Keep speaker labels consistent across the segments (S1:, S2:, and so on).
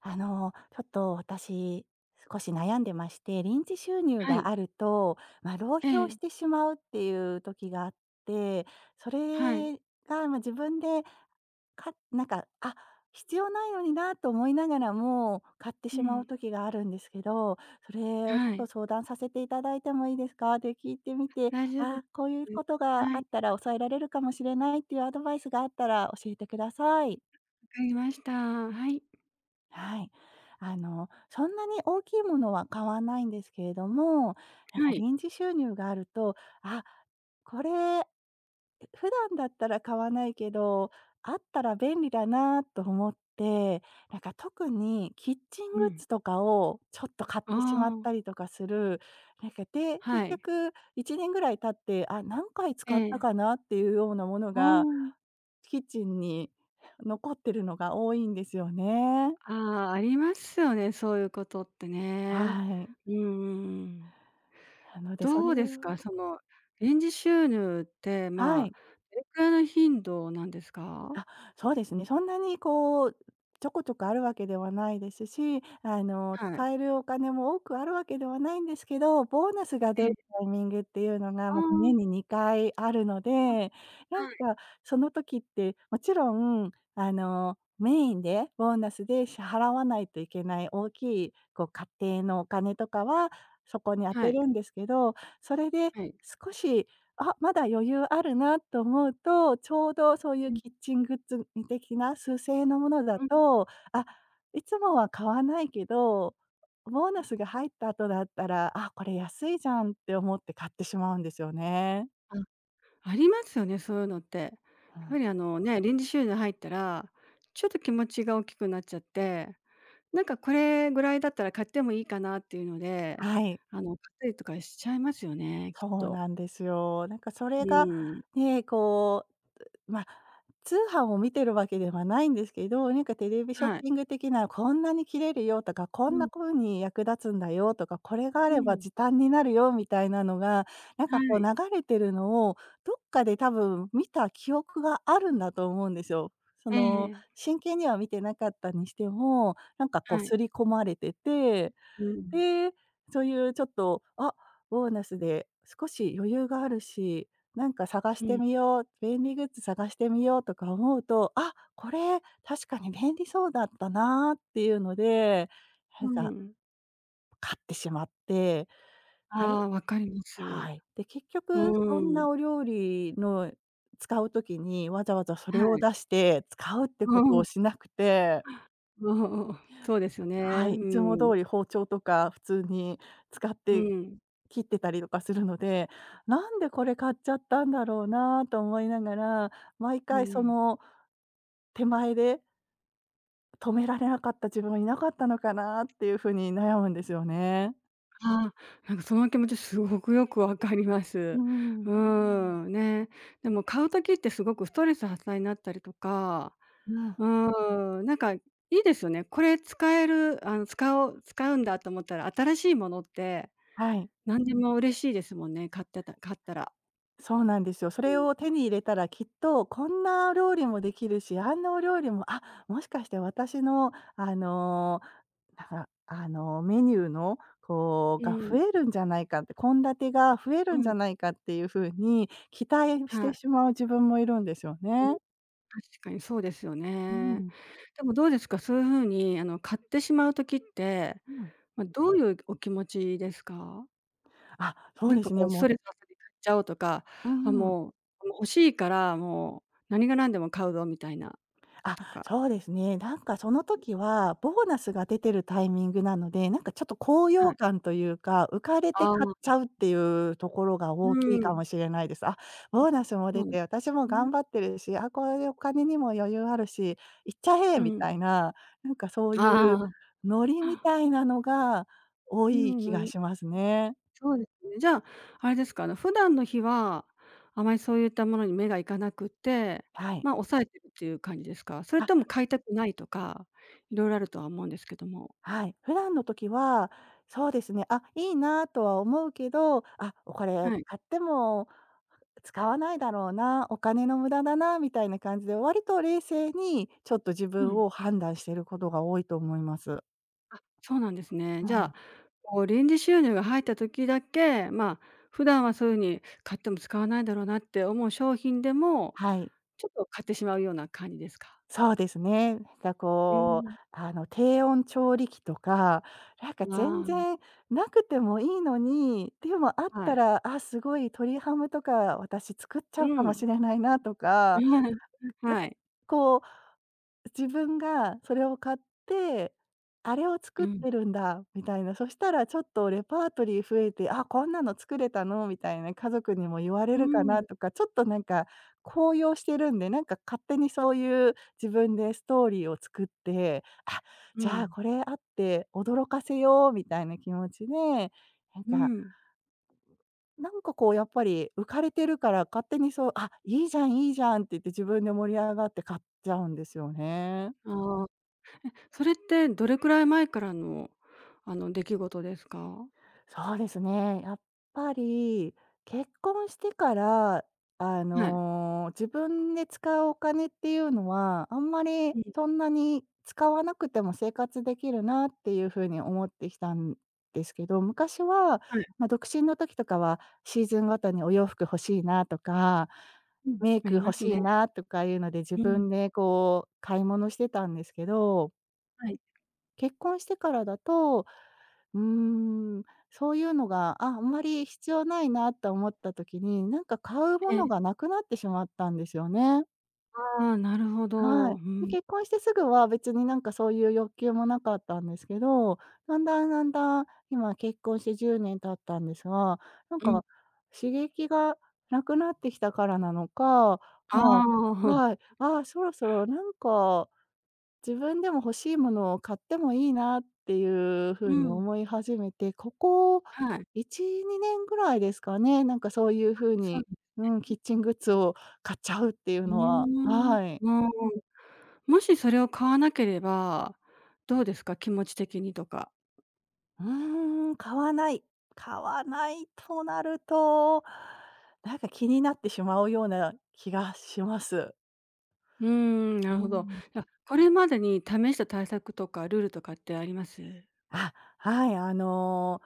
S1: ちょっと私、少し悩んでまして、臨時収入
S2: は
S1: が
S2: い。
S1: あると、まあ、浪
S2: え
S1: 費をし
S2: え、
S1: てしまうっていう時があって、そ
S2: はい。
S1: れが、まあ、自分で、かなんか、あ、必要ないのになと思いながらも、買って
S2: う
S1: しまう
S2: ん。
S1: 時があるんですけど、それをちょ
S2: は
S1: っと
S2: い。
S1: 相談させていただいてもいいですか？って聞いてみて、
S2: 大丈夫です。
S1: あ、こういうことが
S2: は
S1: あ
S2: い、
S1: っ
S2: わ
S1: たら抑えられるかもしれないっていうアドバイスがあったら教えてください。
S2: かりました。はい。
S1: はい。そんなに大きいものは買わないんですけれども、
S2: はい。
S1: 臨時収入があると、あ、これ、普段だったら買わないけど、あったら便利だなと思って、特にキッチン
S2: う
S1: グッ
S2: ん。
S1: ズとかをちょっと買っ
S2: あ
S1: てしまった
S2: あ、
S1: りとかする、なんかで、結
S2: はい。
S1: 局1年ぐらい経って、あ、何回
S2: え
S1: 使った
S2: え。
S1: かなっていうようなもの
S2: あ
S1: が、
S2: あ。
S1: キッチンに残ってるのが多いんですよね。
S2: ああ、ありますよね、そういうことってね。
S1: はい。
S2: うんうんうん。
S1: なので、そ
S2: ど
S1: れ
S2: うですか？
S1: を
S2: その、臨時収入って、
S1: は
S2: まあ、
S1: い。
S2: どれくらいの頻度なんですか？
S1: あ、そうですね。そんなにちょこちょこあるわけではないですし、
S2: はい。
S1: 使えるお金も多くあるわけではないんですけど、ボーナスが出
S2: え
S1: る
S2: え。
S1: タイミングっていうのが、
S2: ああ、
S1: ま、年に2回あるの
S2: あ、
S1: で、なん
S2: はい。
S1: かその時って、もちろん、メインでボーナスで支払わないといけない大きい、家庭のお金とかは、そこに
S2: は
S1: 充て
S2: い。
S1: るんですけど、それで
S2: はい。はい。
S1: 少しあ、まだ余裕あるなと思うと、ちょうどそうい
S2: う
S1: う
S2: ん。
S1: キッチングッズみ的な数千円のものだ
S2: うん。
S1: と、あ、いつもは買わないけど、ボーナスが入った後だったら、あ、これ安いじゃんって思って買ってしまうんですよね。
S2: あありますよね、そういうのって。や
S1: う
S2: っぱ
S1: ん。
S2: りあのね、臨時収入入ったら、ちょっと気持ちが大きくなっちゃって、これぐらいだったら買ってもいいかなっていうので、
S1: はい、
S2: 買ったりとかしちゃいますよね、きっ
S1: そう
S2: と。
S1: なんですよ。それ
S2: う
S1: が、
S2: ん。
S1: ね、うまあ、通販を見てるわけではないんですけど、テレビショッ
S2: はい。
S1: ピング的な、こんなに切れるよとか、こ
S2: う
S1: ん
S2: ん、
S1: な風に役立つんだよとか、これがあ
S2: う
S1: れば
S2: ん。
S1: 時短になるよみたいなのが、
S2: は
S1: 流
S2: い。
S1: れてるのを、どっかで多分見た記憶があるんだと思うんですよ。そ
S2: え
S1: の、
S2: え、
S1: 真剣には見てなかったにしても、
S2: はい。
S1: 刷り込まれてて
S2: うん。
S1: で、そういうちょっと、あ、ボーナスで少し余裕があるし、探し
S2: う
S1: て
S2: ん。
S1: みよう、便利グッズ探してみようとか思うと、あ、これ確かに便利そうだったなっていうので、
S2: う
S1: なんか
S2: ん。
S1: 買ってしまって、あれ
S2: ああ、わかります。
S1: はい。で、結
S2: う
S1: 局そん
S2: ん。
S1: なお料理の使う時にわざわざそれ
S2: は
S1: を
S2: い。
S1: 出して使うってことをし なくて
S2: うん。うんそうですよね。
S1: はい、
S2: う
S1: いつも通
S2: ん。
S1: り包丁とか普通に使っ
S2: う
S1: て
S2: ん。
S1: 切ってたりとかするので、なんでこれ買っちゃったんだろうなと思いながら、毎
S2: う
S1: 回そ
S2: ん。
S1: の手前で止められなかった自分はいなかったのかなっていう風に悩むんですよね。
S2: ああ、その気持ちすごくよくわかりま
S1: う
S2: す。
S1: ん。
S2: ううん。ーん、ね。でも買う時ってすごくストレス発散になったりとか、
S1: うん、
S2: うーん、いいですよね。これ使える、使おうんだと思ったら、新しいものって
S1: はい、
S2: 何でも嬉しいですもんね、買ったら。
S1: そうなんですよ。そ
S2: う
S1: れを
S2: ん。
S1: 手に入れたらきっとこんなお料理もできるし、あんなお料理も、あ、もしかして私のだから、メニューの、
S2: う
S1: が増
S2: ん、
S1: えるんじゃないかって、献立が増え
S2: う
S1: るんじ
S2: ん、
S1: ゃないかっていう風に期待し
S2: は
S1: てし
S2: い。
S1: まう自分もいるんですよ
S2: うん、
S1: ね。
S2: 確かにそうですよ
S1: う
S2: ね。
S1: ん、
S2: でもどうですか、そういう風に買ってしまう時って、
S1: うん。
S2: ま、どういうお気持ちですか？
S1: あ、そうです
S2: こ
S1: ね、
S2: う、ス
S1: も
S2: トレ
S1: う
S2: ス発散で買っちゃおうとか、
S1: う
S2: あ、
S1: ん
S2: もう、もう欲しいから、もう何が何でも買うぞみたいな
S1: あ、
S2: とか、
S1: そうですね。その時は、ボーナスが出てるタイミングなので、ちょっと高
S2: は
S1: 揚
S2: い。
S1: 感というか、浮かれて
S2: あ
S1: 買っち
S2: あ、
S1: ゃうっていうところが
S2: う
S1: 大きい
S2: ー
S1: か
S2: ん、
S1: もしれないです。あ、ボーナスも
S2: そ
S1: 出
S2: うで
S1: て、私も
S2: すね。
S1: 頑張ってるし、あ、これでお金にも余裕あるし、行っちゃえ
S2: う
S1: み
S2: ん。
S1: たいな、そうい
S2: あ
S1: う
S2: あ、
S1: ノリみたいなのが多
S2: う
S1: い
S2: ん、
S1: 気
S2: の
S1: が
S2: い
S1: しますね。
S2: そうですね。じゃあ、あれですか、普段の日は、あまりそういったものに目がいかなくって、
S1: はい。
S2: ま、抑えてるっていう感じですか？それ
S1: あ、
S2: とも買いたくないとか、色々あるとは思うんですけども。
S1: はい。普段の時は、そうですね、あ、いいなとは思うけど、あ、おこれ
S2: はい。
S1: 買っても使わないだろうな、お金の無駄だなみたいな感じで、割と冷静にちょっと自
S2: う
S1: 分
S2: ん。
S1: を判断していることが多いと思います。
S2: あ、そうなんですね。
S1: う
S2: じゃ
S1: ん。
S2: あ、こう臨時収入が入った時だけ、まあ、普段はそういう風に買っても使わないだろうなって思う商品でも、
S1: はい、
S2: ちょっと買ってしまうような感じですか？
S1: そうですね。
S2: うん。
S1: あの低温調理器とか、全
S2: あ
S1: 然なくてもいいのに、でもあっ
S2: あ、は
S1: た
S2: い。
S1: ら、あ、すごい鶏ハムとか私作っち
S2: う
S1: ゃうかも
S2: ん。
S1: しれないなとか、なん
S2: は
S1: か
S2: い。
S1: こう自分がそれを買って、あれを
S2: う
S1: 作っ
S2: ん。
S1: てるんだみたいな、そしたらちょっとレパートリー増えて、あ、こんなの作れたのみたいな、家族にも言わ
S2: う
S1: れるかな
S2: ん。
S1: とか、ちょっと高揚してるんで、勝手にそういう自分でストーリーを作って、あ、
S2: う
S1: じゃあ
S2: ん。
S1: これあって驚かせようみたいな気持ちで、なん
S2: う
S1: か、
S2: ん。
S1: やっぱり浮かれてるから勝手にそう、あ、いいじゃんいいじゃんって言って自分で盛り上がって買っちゃうんですよね。
S2: ああ、それってどれくらい前からの、出来事ですか？
S1: そうですね。やっぱり結婚してから、
S2: はい。
S1: 自分で使うお金っていうのは、あんまり
S2: うん。
S1: そんなに使わなくても生活できるなっていう風に思ってきたんですけど、昔は、
S2: はい。
S1: まあ、独身の時とかはシーズンごとにお洋服欲しいなとか、
S2: うん。
S1: メイ
S2: あ
S1: ク
S2: りま
S1: 欲
S2: す
S1: し
S2: ね。
S1: いなとかいうので自
S2: うん。
S1: 分で買い物してたんですけど、
S2: はい。
S1: 結婚してからだとうーん、そういうのが、あ、あんまり必要ないなと思った時に、買うも
S2: え
S1: のが
S2: え。
S1: なくなってしまったんですよね。
S2: ああ、なるほ
S1: は
S2: ど。
S1: い。
S2: う
S1: で、
S2: ん。
S1: 結婚してすぐは別にそういう欲求もなかったんですけど、だんだんだんだん今結婚して10年経ったんですが、なん
S2: うん。
S1: か刺激がなくなってきたからなのか、
S2: あ
S1: まあ、
S2: あ、
S1: はい、ああ、そろそろ自分でも欲しいものを買ってもいいなっていう
S2: う
S1: 風に
S2: ん、
S1: 思い始めて、ここ
S2: はい。
S1: 1、2年ぐらいですかね、そういう風
S2: そう、
S1: に、うん、キッチングッズを買っちゃうっていう
S2: うー
S1: のは
S2: ん、う
S1: はい。
S2: ーん。もしそれを買わなければ、どうですか？気持ち的にとか。
S1: うーん、買わない。買わないとなると、気になってしまうような気がします。
S2: うーん、な
S1: う
S2: るほど。
S1: ん。
S2: じゃ、これまでに試した対策とかルールとかってあります？
S1: あ、はい、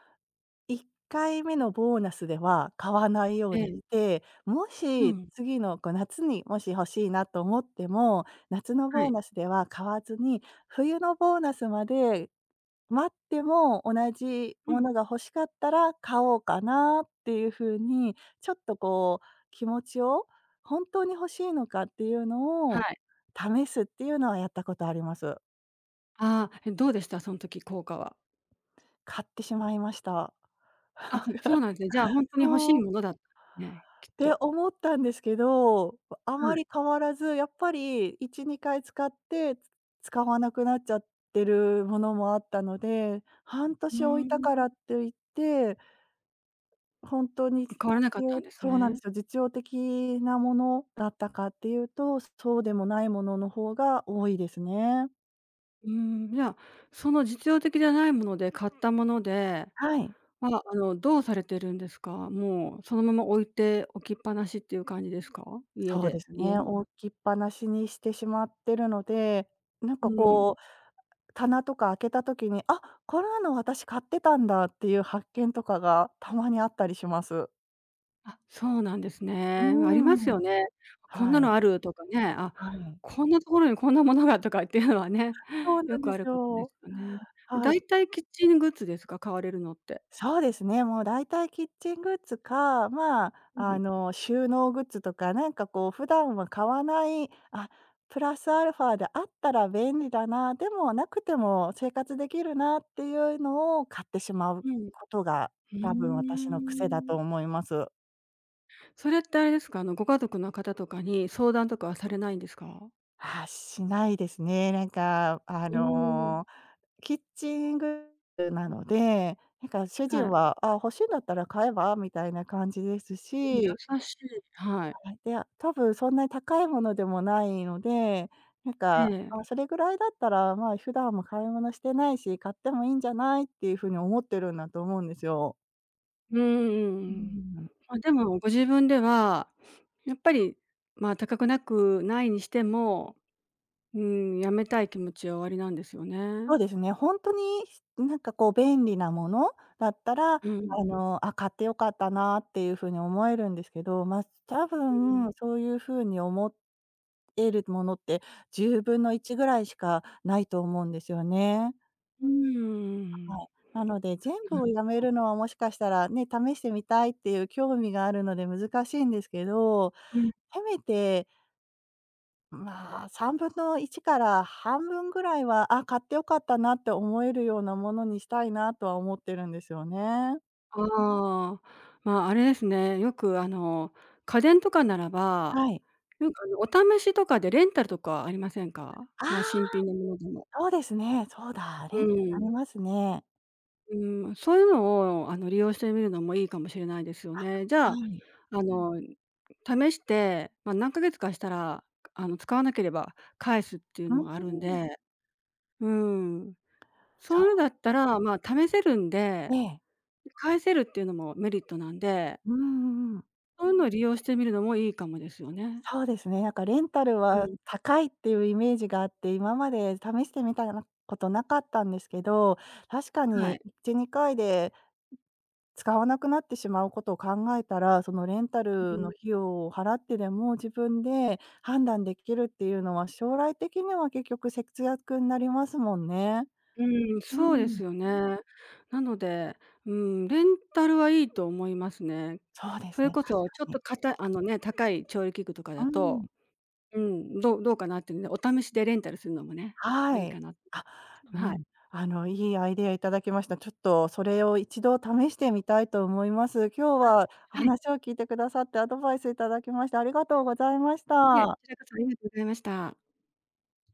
S1: 1回目のボーナスでは買わないよう
S2: え
S1: にし
S2: え、
S1: て、も
S2: う
S1: し
S2: ん、
S1: 次の夏にもし欲しいなと思っても、夏の
S2: は
S1: ボー
S2: い、
S1: ナスまでは買わずに、冬のボーナスまで待っても同じ
S2: う
S1: も
S2: ん、
S1: のが欲しかったら買おうかなっていう風に、ちょっと気持ちを、本当に欲しいのかっていうの
S2: は
S1: を
S2: い。
S1: 試すっていうのはやったことあります。
S2: ああ、え、どうでした？そん時効果は。
S1: 買ってしまいました。
S2: あ、そうなんですね。じゃあほんとに欲しい
S1: そう。
S2: ものだったんね、きっ
S1: て
S2: と。
S1: 思ったんですけど、あ
S2: は
S1: ま
S2: い。
S1: り変わらず、やっぱり1、2回使って、使わなくなっちゃってるものもあったので、半
S2: うー
S1: 年置いた
S2: ん、
S1: からって言って、本当に実
S2: 変わらなかったん
S1: 用
S2: です
S1: そうなんで
S2: ね。
S1: すよ、実用的なものだったかっていうと、そうでもないものの方が多いですね。
S2: うーん、じゃあ、その実用的じゃないもので買ったもので
S1: はい。
S2: は、どうされてるんですか？もうそのまま置いておきっぱなしっていう感じですか？
S1: そうです
S2: 家
S1: ね、
S2: に。
S1: 置きっぱなしにしてしまってるので、なん
S2: う
S1: か
S2: ん。
S1: こう棚とか開けた時に、あ、こんなの私買ってたんだっていう発見とかがたまにあったりします。
S2: あ、そうなんです
S1: う
S2: ね。あります
S1: ーん。
S2: よね。こん
S1: は
S2: な
S1: い、
S2: のあるとかね、あ、
S1: はい。
S2: こんなところにこんなものがとかっていうのはね、
S1: そう な
S2: よ
S1: ん
S2: く
S1: で
S2: あ
S1: す
S2: ることで
S1: よ。
S2: すよね。
S1: は
S2: だ
S1: い。
S2: いたいキッチングッズですか？買われるのって。
S1: そうですね、もう大体キッチングッズか、まあ、
S2: うん。
S1: 収納グッズとか、普段は買わない、あ、プラスアルファであったら便利だな、でもなくても生活できるなっていうのを買ってしまう
S2: うん。う
S1: ことが、多分私の癖だ
S2: ー
S1: と
S2: ん。
S1: 思います。
S2: それってあれですか？ご家族の方とかに相談とかはされないんですか？
S1: あ、しないですね。
S2: うーん。
S1: キッチングッズなので、主
S2: は
S1: 人
S2: い。
S1: は、「あ、欲しいんだったら買えば？」みたいな感じですし、
S2: 優しい。はい。
S1: はい、で、多分そんなに高いものでもないので、
S2: ええ。
S1: あ、それぐらいだったら、まあ、普段も買い物してないし、買ってもいいんじゃないっていうふうに思ってるんだと思うんですよ。
S2: うんうんう
S1: う
S2: ん。
S1: ん。
S2: ま、でもご自分では、やっぱり、ま、高くなくないにしても、うーん、やめたい気持ちはおありなんですよ
S1: そ
S2: ね。
S1: うですね、本当に、便利なものだったら、
S2: うん、
S1: あ、買ってよかったなっていう風に思えるんですけど、まあ、多
S2: うん。
S1: 分そういう風に思えるものって10分の1ぐらいしかないと思うんですよね。
S2: うー
S1: はい。
S2: ん。
S1: なので全部をやめるのはもしかしたらね、試してみたいっていう興味があるので難しいんですけど、
S2: うん。
S1: せめてまあ、1/3から半分ぐらいは、あ、買って良かったなって思えるようなものにしたいなとは思ってるんですよね。
S2: ああ、ま、あれですね、よく家電とかならば、
S1: はい。
S2: よくお試しとかでレンタルとかありませんか？
S1: あ
S2: ま、新
S1: あ。
S2: 品のものでも。
S1: そうですね、そうだ、レ
S2: う
S1: ンタルあり
S2: ん。
S1: ますね。
S2: うん、そういうのを、利用してみるのもいいかもしれないですよね。じ
S1: は
S2: ゃあ、
S1: い。
S2: あの、試して、まあ、何ヶ月かしたら、使わなければ返すっていう
S1: うー
S2: のがあるん
S1: ん、
S2: で、うん、そうい
S1: そ
S2: うのだったら、まあ、試せるん
S1: う、
S2: で、
S1: ええ。
S2: 返せるっていうのもメリットなんで、
S1: うんうんうん。
S2: そういうのを利用してみるのもいいかもですよね。
S1: そうですね、レンタル
S2: う
S1: は
S2: ん、
S1: 高いっていうイメージがあって、今まで試してみたなことなかったんですけど、確か
S2: は
S1: に
S2: い。
S1: 1、2回で使わなくなってしまうことを考えたら、そのレンタ
S2: う
S1: ル
S2: ん。
S1: の費用を払ってでも自分で判断できるっていうのは、将来的には結局節約になりますもんね。
S2: うん、
S1: う
S2: そうで
S1: ん、
S2: すよね。なので、うん、レンタルはいいと思いますね。
S1: そうで
S2: そ
S1: す
S2: れ
S1: ね、
S2: こ
S1: 確
S2: そ
S1: か
S2: ちょっ
S1: に。
S2: とかたあのね、高い調理器具とかだ
S1: うん、
S2: と、うん、どうかなっていうので、お試しでレンタルするのもね、あ
S1: は
S2: り
S1: い。
S2: かな
S1: あ、う
S2: はい。
S1: ん、いいアイデアいただきました。ちょっとそれを一度試してみたいと思います。今日は
S2: はい。
S1: 話を聞いてくださってアドバイスいただきましてありがとうございまし
S2: いえ、こ
S1: た。
S2: ちらこそありがとうございました。